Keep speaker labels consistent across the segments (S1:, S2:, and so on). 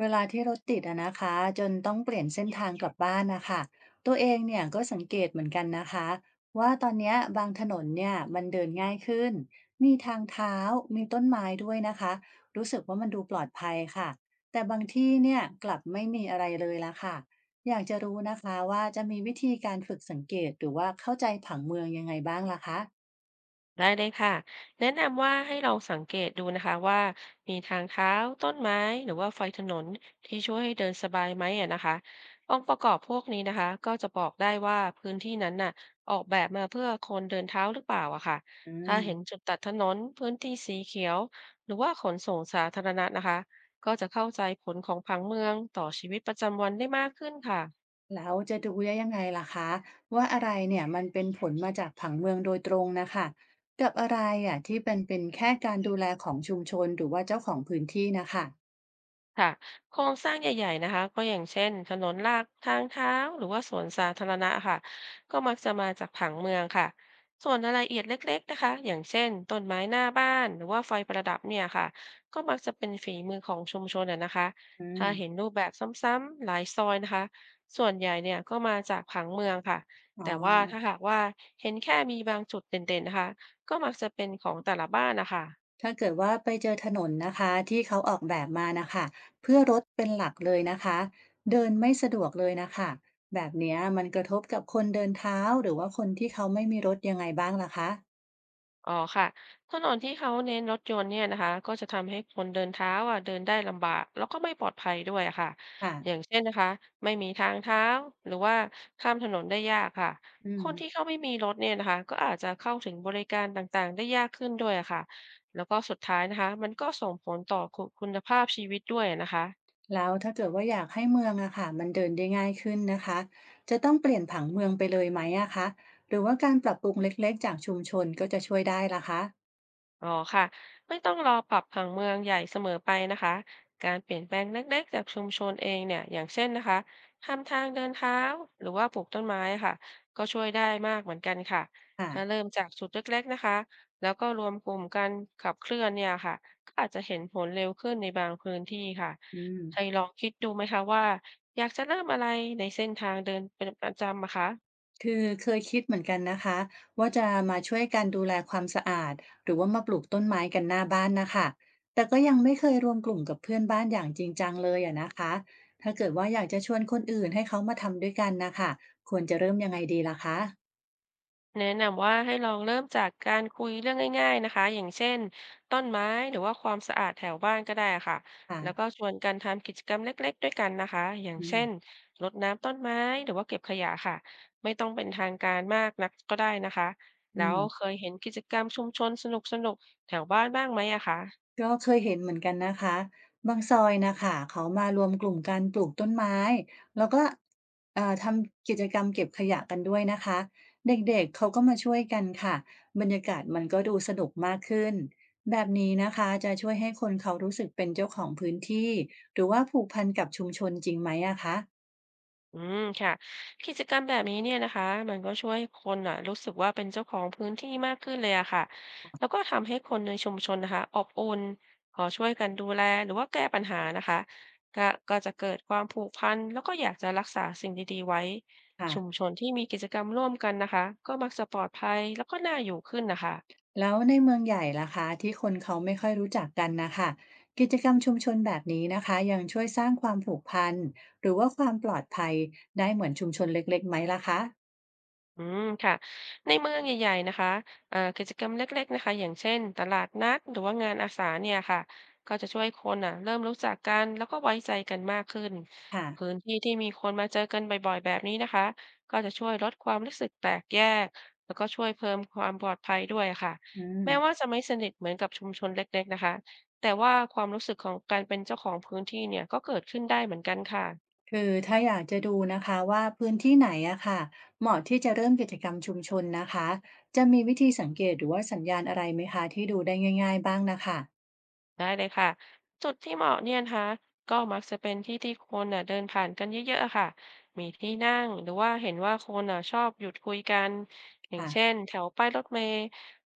S1: เวลาที่รถติดอะนะคะจนต้องเปลี่ยนเส้นทางกลับบ้านนะคะตัวเองเนี่ยก็สังเกตเหมือนกันนะคะว่าตอนเนี้ยบางถนนเนี่ยมันเดินง่ายขึ้นมีทางเท้ามีต้นไม้ด้วยนะคะรู้สึกว่ามันดูปลอดภัยค่ะแต่บางที่เนี่ยกลับไม่มีอะไรเลยละค่ะอยากจะรู้นะคะว่าจะมีวิธีการฝึกสังเกตหรือว่าเข้าใจผังเมืองยังไงบ้างล่ะคะ
S2: ได้เลยค่ะแนะนำว่าให้เราสังเกตดูนะคะว่ามีทางเท้าต้นไม้หรือว่าไฟถนนที่ช่วยให้เดินสบายไหมอะนะคะองค์ประกอบพวกนี้นะคะก็จะบอกได้ว่าพื้นที่นั้นน่ะออกแบบมาเพื่อคนเดินเท้าหรือเปล่าอะค่ะ
S1: อื
S2: ถ้า
S1: ม
S2: เห็นจุดตัดถนนพื้นที่สีเขียวหรือว่าขนส่งสาธารณะนะคะก็จะเข้าใจผลของผังเมืองต่อชีวิตประจำวันได้มากขึ้นค่ะ
S1: แล้วจะดูได้ยังไงล่ะคะว่าอะไรเนี่ยมันเป็นผลมาจากผังเมืองโดยตรงนะคะกับอะไรอ่ะที่เป็นแค่การดูแลของชุมชนหรือว่าเจ้าของพื้นที่นะคะ
S2: ค่ะโครงสร้างใหญ่ๆนะคะก็อย่างเช่นถนนลากทางเท้าหรือว่าสวนสาธารณะค่ะก็มักจะมาจากผังเมืองค่ะส่วนรายละเอียดเล็กๆนะคะอย่างเช่นต้นไม้หน้าบ้านหรือว่าไฟประดับเนี่ยค่ะก็มักจะเป็นฝีมือของชุมชนอะนะคะ
S1: อื
S2: ถ้าเห็น
S1: ม
S2: รูปแบบซ้ำๆหลายซอยนะคะส่วนใหญ่เนี่ยก็มาจากผังเมืองค่ะ
S1: อ๋อ
S2: แต่ว่าถ้าหากว่าเห็นแค่มีบางจุดเด่นๆนะคะก็มักจะเป็นของแต่ละบ้านนะคะ
S1: ถ้าเกิดว่าไปเจอถนนนะคะที่เขาออกแบบมานะคะเพื่อรถเป็นหลักเลยนะคะเดินไม่สะดวกเลยนะคะแบบเนี้ยมันกระทบกับคนเดินเท้าหรือว่าคนที่เขาไม่มีรถยังไงบ้างล่ะคะ
S2: อ๋อค่ะถนนที่เขาเน้นรถยนต์เนี่ยนะคะก็จะทำให้คนเดินเท้าอ่ะเดินได้ลำบากแล้วก็ไม่ปลอดภัยด้วยอะค่ะ
S1: ค่ะ
S2: อย่างเช่นนะคะไม่มีทางเท้าหรือว่าข้ามถนนได้ยากค่ะ
S1: อื
S2: ค
S1: ม
S2: นที่เขาไม่มีรถเนี่ยนะคะก็อาจจะเข้าถึงบริการต่างๆได้ยากขึ้นด้วยอะค่ะแล้วก็สุดท้ายนะคะมันก็ส่งผลต่อคุณภาพชีวิตด้วยนะคะ
S1: แล้วถ้าเกิดว่าอยากให้เมืองอะค่ะมันเดินได้ง่ายขึ้นนะคะจะต้องเปลี่ยนผังเมืองไปเลยไหมอะคะหรือว่าการปรับปรุงเล็กๆจากชุมชนก็จะช่วยได้ล่ะคะ
S2: อ๋อค่ะไม่ต้องรอปรับผังเมืองใหญ่เสมอไปนะคะการเปลี่ยนแปลงเล็กๆจากชุมชนเองเนี่ยอย่างเช่นนะคะทำทางเดินเท้าหรือว่าปลูกต้นไม้ค่ะก็ช่วยได้มากเหมือนกันค่ะถ้าเริ่
S1: ค่ะ
S2: มจากจุดเล็กๆนะคะแล้วก็รวมกลุ่มกันขับเคลื่อนเนี่ยค่ะก็อาจจะเห็นผลเร็วขึ้นในบางพื้นที่ค่ะ
S1: อืม
S2: เคยลองคิดดูไหมคะว่าอยากจะเริ่มอะไรในเส้นทางเดินเป็นประจำอะคะ
S1: คือเคยคิดเหมือนกันนะคะว่าจะมาช่วยกันดูแลความสะอาดหรือว่ามาปลูกต้นไม้กันหน้าบ้านนะคะแต่ก็ยังไม่เคยรวมกลุ่มกับเพื่อนบ้านอย่างจริงจังเลยอะนะคะถ้าเกิดว่าอยากจะชวนคนอื่นให้เขามาทำด้วยกันนะคะควรจะเริ่มยังไงดีล่ะคะ
S2: แนะนำว่าให้ลองเริ่มจากการคุยเรื่องง่ายๆนะคะอย่างเช่นต้นไม้หรือว่าความสะอาดแถวบ้านก็ได้ค่ะแล้วก็
S1: ค่ะ
S2: ชวนกันทำกิจกรรมเล็กๆด้วยกันนะคะอย่าง
S1: อื
S2: เช่
S1: ม
S2: นรดน้ำต้นไม้หรือว่าเก็บขยะค่ะไม่ต้องเป็นทางการมากนักก็ได้นะคะแล้
S1: อื
S2: ว
S1: ม
S2: เคยเห็นกิจกรรมชุมชนสนุกๆแถวบ้านบ้างไหมอะคะ
S1: ก็เคยเห็นเหมือนกันนะคะบางซอยนะค่ะเขามารวมกลุ่มกันปลูกต้นไม้แล้วก็ทำกิจกรรมเก็บขยะกันด้วยนะคะเด็กๆเขาก็มาช่วยกันค่ะบรรยากาศมันก็ดูสนุกมากขึ้นแบบนี้นะคะจะช่วยให้คนเขารู้สึกเป็นเจ้าของพื้นที่หรือว่าผูกพันกับชุมชนจริงไหมอะคะ
S2: อืมค่ะกิจกรรมแบบนี้เนี่ยนะคะมันก็ช่วยให้คนอ่ะรู้สึกว่าเป็นเจ้าของพื้นที่มากขึ้นเลยอะค่ะแล้วก็ทำให้คนในชุมชนนะคะอบอุ่นขอช่วยกันดูแลหรือว่าแก้ปัญหานะคะก็ก็จะเกิดความผูกพันแล้วก็อยากจะรักษาสิ่งดีๆไว้ชุม
S1: ค่ะ
S2: ชนที่มีกิจกรรมร่วมกันนะคะก็มักจะปลอดภัยแล้วก็น่าอยู่ขึ้นนะคะ
S1: แล้วในเมืองใหญ่ล่ะคะที่คนเขาไม่ค่อยรู้จักกันนะคะกิจกรรมชุมชนแบบนี้นะคะยังช่วยสร้างความผูกพันหรือว่าความปลอดภัยได้เหมือนชุมชนเล็กๆไหมล่ะคะ
S2: อืมค่ะในเมืองใหญ่ๆนะคะเอ่ากิจกรรมเล็กๆนะคะอย่างเช่นตลาดนัดหรือว่างานอาสาเนี่ยค่ะก็จะช่วยคนอ่ะเริ่มรู้จักกันแล้วก็ไว้ใจกันมากขึ้น
S1: ค่ะ
S2: พื้นที่ที่มีคนมาเจอกันบ่อยๆแบบนี้นะคะก็จะช่วยลดความรู้สึกแตกแยกแล้วก็ช่วยเพิ่มความปลอดภัยด้วยค่ะ
S1: อืม
S2: แม้ว่าจะไม่สนิทเหมือนกับชุมชนเล็กๆนะคะแต่ว่าความรู้สึกของการเป็นเจ้าของพื้นที่เนี่ยก็เกิดขึ้นได้เหมือนกันค่ะ
S1: คือถ้าอยากจะดูนะคะว่าพื้นที่ไหนอะค่ะเหมาะที่จะเริ่มกิจกรรมชุมชนนะคะจะมีวิธีสังเกตหรือว่าสัญญาณอะไรไหมคะที่ดูได้ง่ายๆบ้างนะคะ
S2: ได้เลยค่ะจุดที่เหมาะเนี่ยนะคะก็มักจะเป็นที่ที่คนน่ะเดินผ่านกันเยอะๆอะค่ะมีที่นั่งหรือว่าเห็นว่าคนน่ะชอบหยุดคุยกันอย่าง
S1: ค่ะ
S2: เช่นแถวป้ายรถเมล์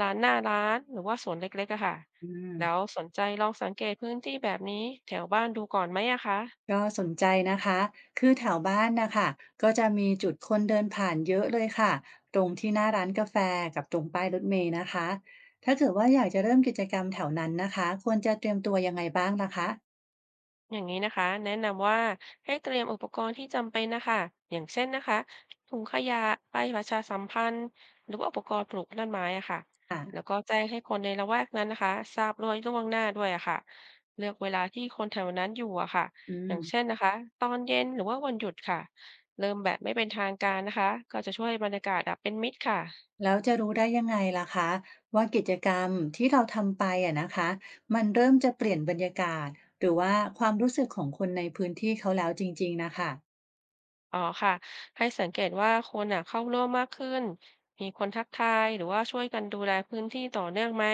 S2: ร้านหน้าร้านหรือว่าสวนเล็กๆอะค่ะ
S1: อืม
S2: แล้วสนใจลองสังเกตพื้นที่แบบนี้แถวบ้านดูก่อนไหมอะคะ
S1: ก็สนใจนะคะคือแถวบ้านนะคะก็จะมีจุดคนเดินผ่านเยอะเลยค่ะตรงที่หน้าร้านกาแฟกับตรงป้ายรถเมล์นะคะถ้าเกิดว่าอยากจะเริ่มกิจกรรมแถวนั้นนะคะควรจะเตรียมตัวยังไงบ้างล่ะคะ
S2: อย่างนี้นะคะแนะนำว่าให้เตรียมอุปกรณ์ที่จำเป็นนะคะอย่างเช่นนะคะถุงขยะป้ายประชาสัมพันธ์หรือว่าอุปกรณ์ปลูกต้นไม้อะค่ะ
S1: อ่ะ
S2: แล้วก็แจ้งให้คนในละแวกนั้นนะคะทราบด้วยล่วงหน้าด้วยอะค่ะเลือกเวลาที่คนแถวนั้นอยู่อะค่ะ
S1: อื
S2: อ
S1: ม
S2: ย่างเช่นนะคะตอนเย็นหรือว่าวันหยุดค่ะเริ่มแบบไม่เป็นทางการนะคะก็จะช่วยให้บรรยากาศอะเป็นมิตรค่ะ
S1: แล้วจะรู้ได้ยังไงล่ะคะว่ากิจกรรมที่เราทำไปอะนะคะมันเริ่มจะเปลี่ยนบรรยากาศหรือว่าความรู้สึกของคนในพื้นที่เขาแล้วจริงๆนะคะ
S2: อ๋อค่ะให้สังเกตว่าคนอ่ะเข้าร่วมมากขึ้นมีคนทักทายหรือว่าช่วยกันดูแลพื้นที่ต่อเนื่องไหม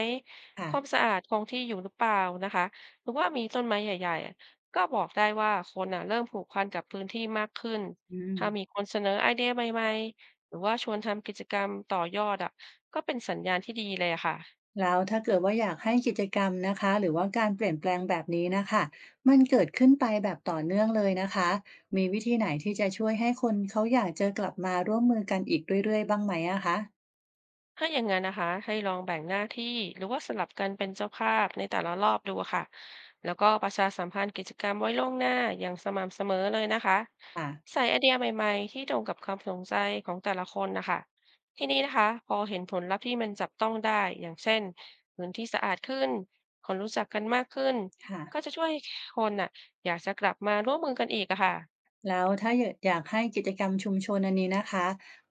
S2: ค
S1: ค่ะ
S2: วามสะอาดคงที่อยู่หรือเปล่านะคะหรือว่ามีต้นไม้ใหญ่ๆอะก็บอกได้ว่าคนอ่ะเริ่มผูกพันกับพื้นที่มากขึ้น
S1: อืม
S2: ถ้ามีคนเสนอไอเดียใหม่ๆหรือว่าชวนทำกิจกรรมต่อยอดอ่ะก็เป็นสัญญาณที่ดีเลยอะค่ะ
S1: แล้วถ้าเกิดว่าอยากให้กิจกรรมนะคะหรือว่าการเปลี่ยนแปลงแบบนี้นะคะมันเกิดขึ้นไปแบบต่อเนื่องเลยนะคะมีวิธีไหนที่จะช่วยให้คนเขาอยากจะกลับมาร่วมมือกันอีกเรื่อยๆบ้างไหมอะคะ
S2: ถ้าอย่างนั้นนะคะให้ลองแบ่งหน้าที่หรือว่าสลับกันเป็นเจ้าภาพในแต่ละรอบดูค่ะแล้วก็ประชาสัมพันธ์กิจกรรมไว้ล่วงหน้าอย่างสม่ำเสมอเลยนะคะ
S1: ค่ะ
S2: ใส่ไอเดียใหม่ๆที่ตรงกับความสนใจของแต่ละคนนะคะทีนี้นะคะพอเห็นผลลัพธ์ที่มันจับต้องได้อย่างเช่นพื้นที่สะอาดขึ้นคนรู้จักกันมากขึ้น
S1: ค่ะ
S2: ก็จะช่วยให้คนน่ะอยากจะกลับมาร่วมมือกันอีกอะค่ะ
S1: แล้วถ้าอยากให้กิจกรรมชุมชนอันนี้นะคะ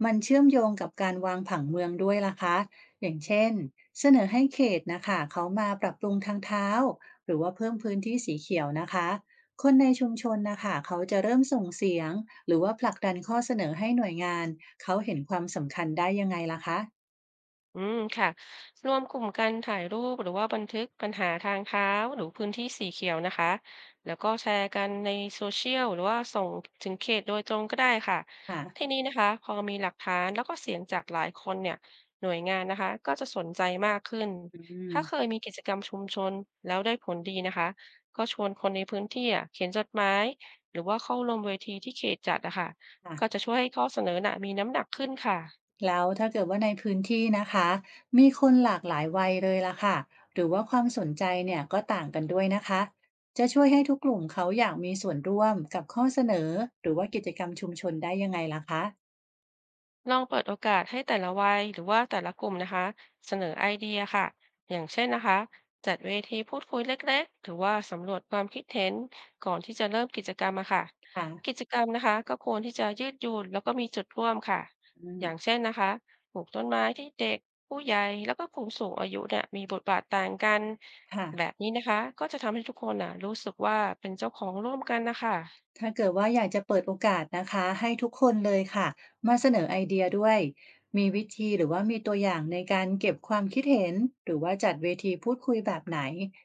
S1: มันเชื่อมโยงกับการวางผังเมืองด้วยล่ะคะอย่างเช่นเสนอให้เขตนะคะเขามาปรับปรุงทางเท้าหรือว่าเพิ่มพื้นที่สีเขียวนะคะคนในชุมชนนะคะเขาจะเริ่มส่งเสียงหรือว่าผลักดันข้อเสนอให้หน่วยงานเขาเห็นความสำคัญได้ยังไงล่ะคะ
S2: อืมค่ะรวมกลุ่มกันถ่ายรูปหรือว่าบันทึกปัญหาทางเท้าหรือพื้นที่สีเขียวนะคะแล้วก็แชร์กันในโซเชียลหรือว่าส่งถึงเขตโดยตรงก็ได้ค่ะ
S1: ค่ะ
S2: ที่นี้นะคะพอมีหลักฐานแล้วก็เสียงจากหลายคนเนี่ยหน่วยงานนะคะก็จะสนใจมากขึ้น
S1: อืม
S2: ถ้าเคยมีกิจกรรมชุมชนแล้วได้ผลดีนะคะก็ชวนคนในพื้นที่อะเขียนจดหมายหรือว่าเข้าร่วมเวทีที่เขตจัดนะคะ
S1: ค่ะ
S2: ก็จะช่วยให้ข้อเสนอน่ะมีน้ำหนักขึ้นค่ะ
S1: แล้วถ้าเกิดว่าในพื้นที่นะคะมีคนหลากหลายวัยเลยล่ะค่ะหรือว่าความสนใจเนี่ยก็ต่างกันด้วยนะคะจะช่วยให้ทุกกลุ่มเขาอยากมีส่วนร่วมกับข้อเสนอหรือว่ากิจกรรมชุมชนได้ยังไงล่ะคะ
S2: ลองเปิดโอกาสให้แต่ละวัยหรือว่าแต่ละกลุ่มนะคะเสนอไอเดียค่ะอย่างเช่นนะคะจัดเวทีพูดคุยเล็กๆหรือว่าสำรวจความคิดเห็นก่อนที่จะเริ่มกิจกรรมอะค่ะ
S1: ค่ะ
S2: กิจกรรมนะคะก็ควรที่จะยืดหยุ่นแล้วก็มีจุดร่วมค่ะ
S1: อืม
S2: อย่างเช่นนะคะปลูกต้นไม้ที่เด็กผู้ใหญ่แล้วก็กลุ่มสูงอายุเนี่ยมีบทบาทต่างกัน
S1: ค่ะ
S2: แบบนี้นะคะก็จะทำให้ทุกคนน่ะรู้สึกว่าเป็นเจ้าของร่วมกันนะคะ
S1: ถ้าเกิดว่าอยากจะเปิดโอกาสนะคะให้ทุกคนเลยค่ะมาเสนอไอเดียด้วยมีวิธีหรือว่ามีตัวอย่างในการเก็บความคิดเห็นหรือว่าจัดเวทีพูดคุยแบบไหน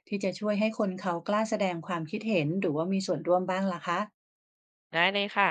S1: ที่จะช่วยให้คนเขากล้าแสดงความคิดเห็นหรือว่ามีส่วนร่วมบ้างล่ะคะ
S2: ได้เลยค่ะ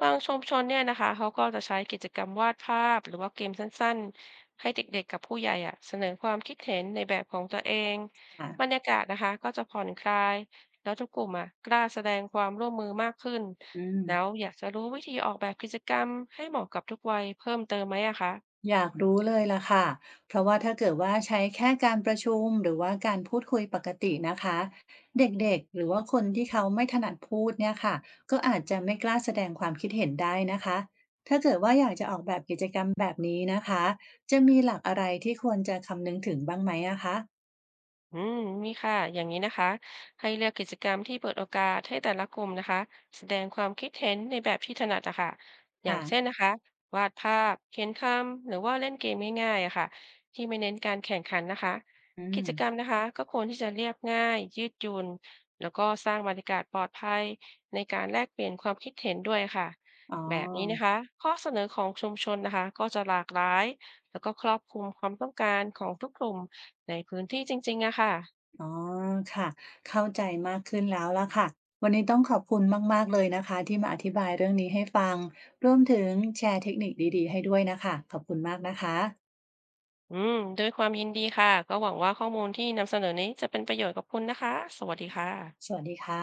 S2: บางชุมชนเนี่ยนะคะ เขาก็จะใช้กิจกรรมวาดภาพหรือว่าเกมสั้นๆ ให้เด็กๆกับผู้ใหญ่อะเสนอความคิดเห็นในแบบของตัวเอง
S1: ค่ะ
S2: บรรยากาศนะคะก็จะผ่อนคลาย แล้วทุกกลุ่มอะกล้าแสดงความร่วมมือมากขึ้น
S1: อืม
S2: แล้วอยากจะรู้วิธีออกแบบกิจกรรมให้เหมาะกับทุกวัยเพิ่มเติมไหมอะคะ
S1: อยากรู้เลยล่ะค่ะเพราะว่าถ้าเกิดว่าใช้แค่การประชุมหรือว่าการพูดคุยปกตินะคะเด็กๆหรือว่าคนที่เขาไม่ถนัดพูดเนี่ยค่ะก็อาจจะไม่กล้าแสดงความคิดเห็นได้นะคะถ้าเกิดว่าอยากจะออกแบบกิจกรรมแบบนี้นะคะจะมีหลักอะไรที่ควรจะคำนึงถึงบ้างไหมอะคะ
S2: อืมมีค่ะอย่างนี้นะคะให้เลือกกิจกรรมที่เปิดโอกาสให้แต่ละกลุ่มนะคะแสดงความคิดเห็นในแบบที่ถนัดอะค่ะอย่าง
S1: ค่ะ
S2: เช่นนะคะวาดภาพเขียนคำหรือว่าเล่นเกมง่ายๆอะค่ะที่ไม่เน้นการแข่งขันนะคะ
S1: อืม
S2: กิจกรรมนะคะก็ควรที่จะเรียบง่ายยืดหยุ่นแล้วก็สร้างบรรยากาศปลอดภัยในการแลกเปลี่ยนความคิดเห็นด้วยค่ะ
S1: อ๋อ
S2: แบบนี้นะคะข้อเสนอของชุมชนนะคะก็จะหลากหลายแล้วก็ครอบคลุมความต้องการของทุกกลุ่ม ในพื้นที่จริงๆอะค่ะ
S1: อ๋อค่ะเข้าใจมากขึ้นแล้วล่ะค่ะวันนี้ต้องขอบคุณมากๆเลยนะคะที่มาอธิบายเรื่องนี้ให้ฟังรวมถึงแชร์เทคนิคดีๆให้ด้วยนะคะขอบคุณมากนะคะ
S2: อืมด้วยความยินดีค่ะ ก็หวังว่าข้อมูลที่นำเสนอนี้จะเป็นประโยชน์กับคุณนะคะ สวัสดีค่ะ
S1: สวัสดีค่ะ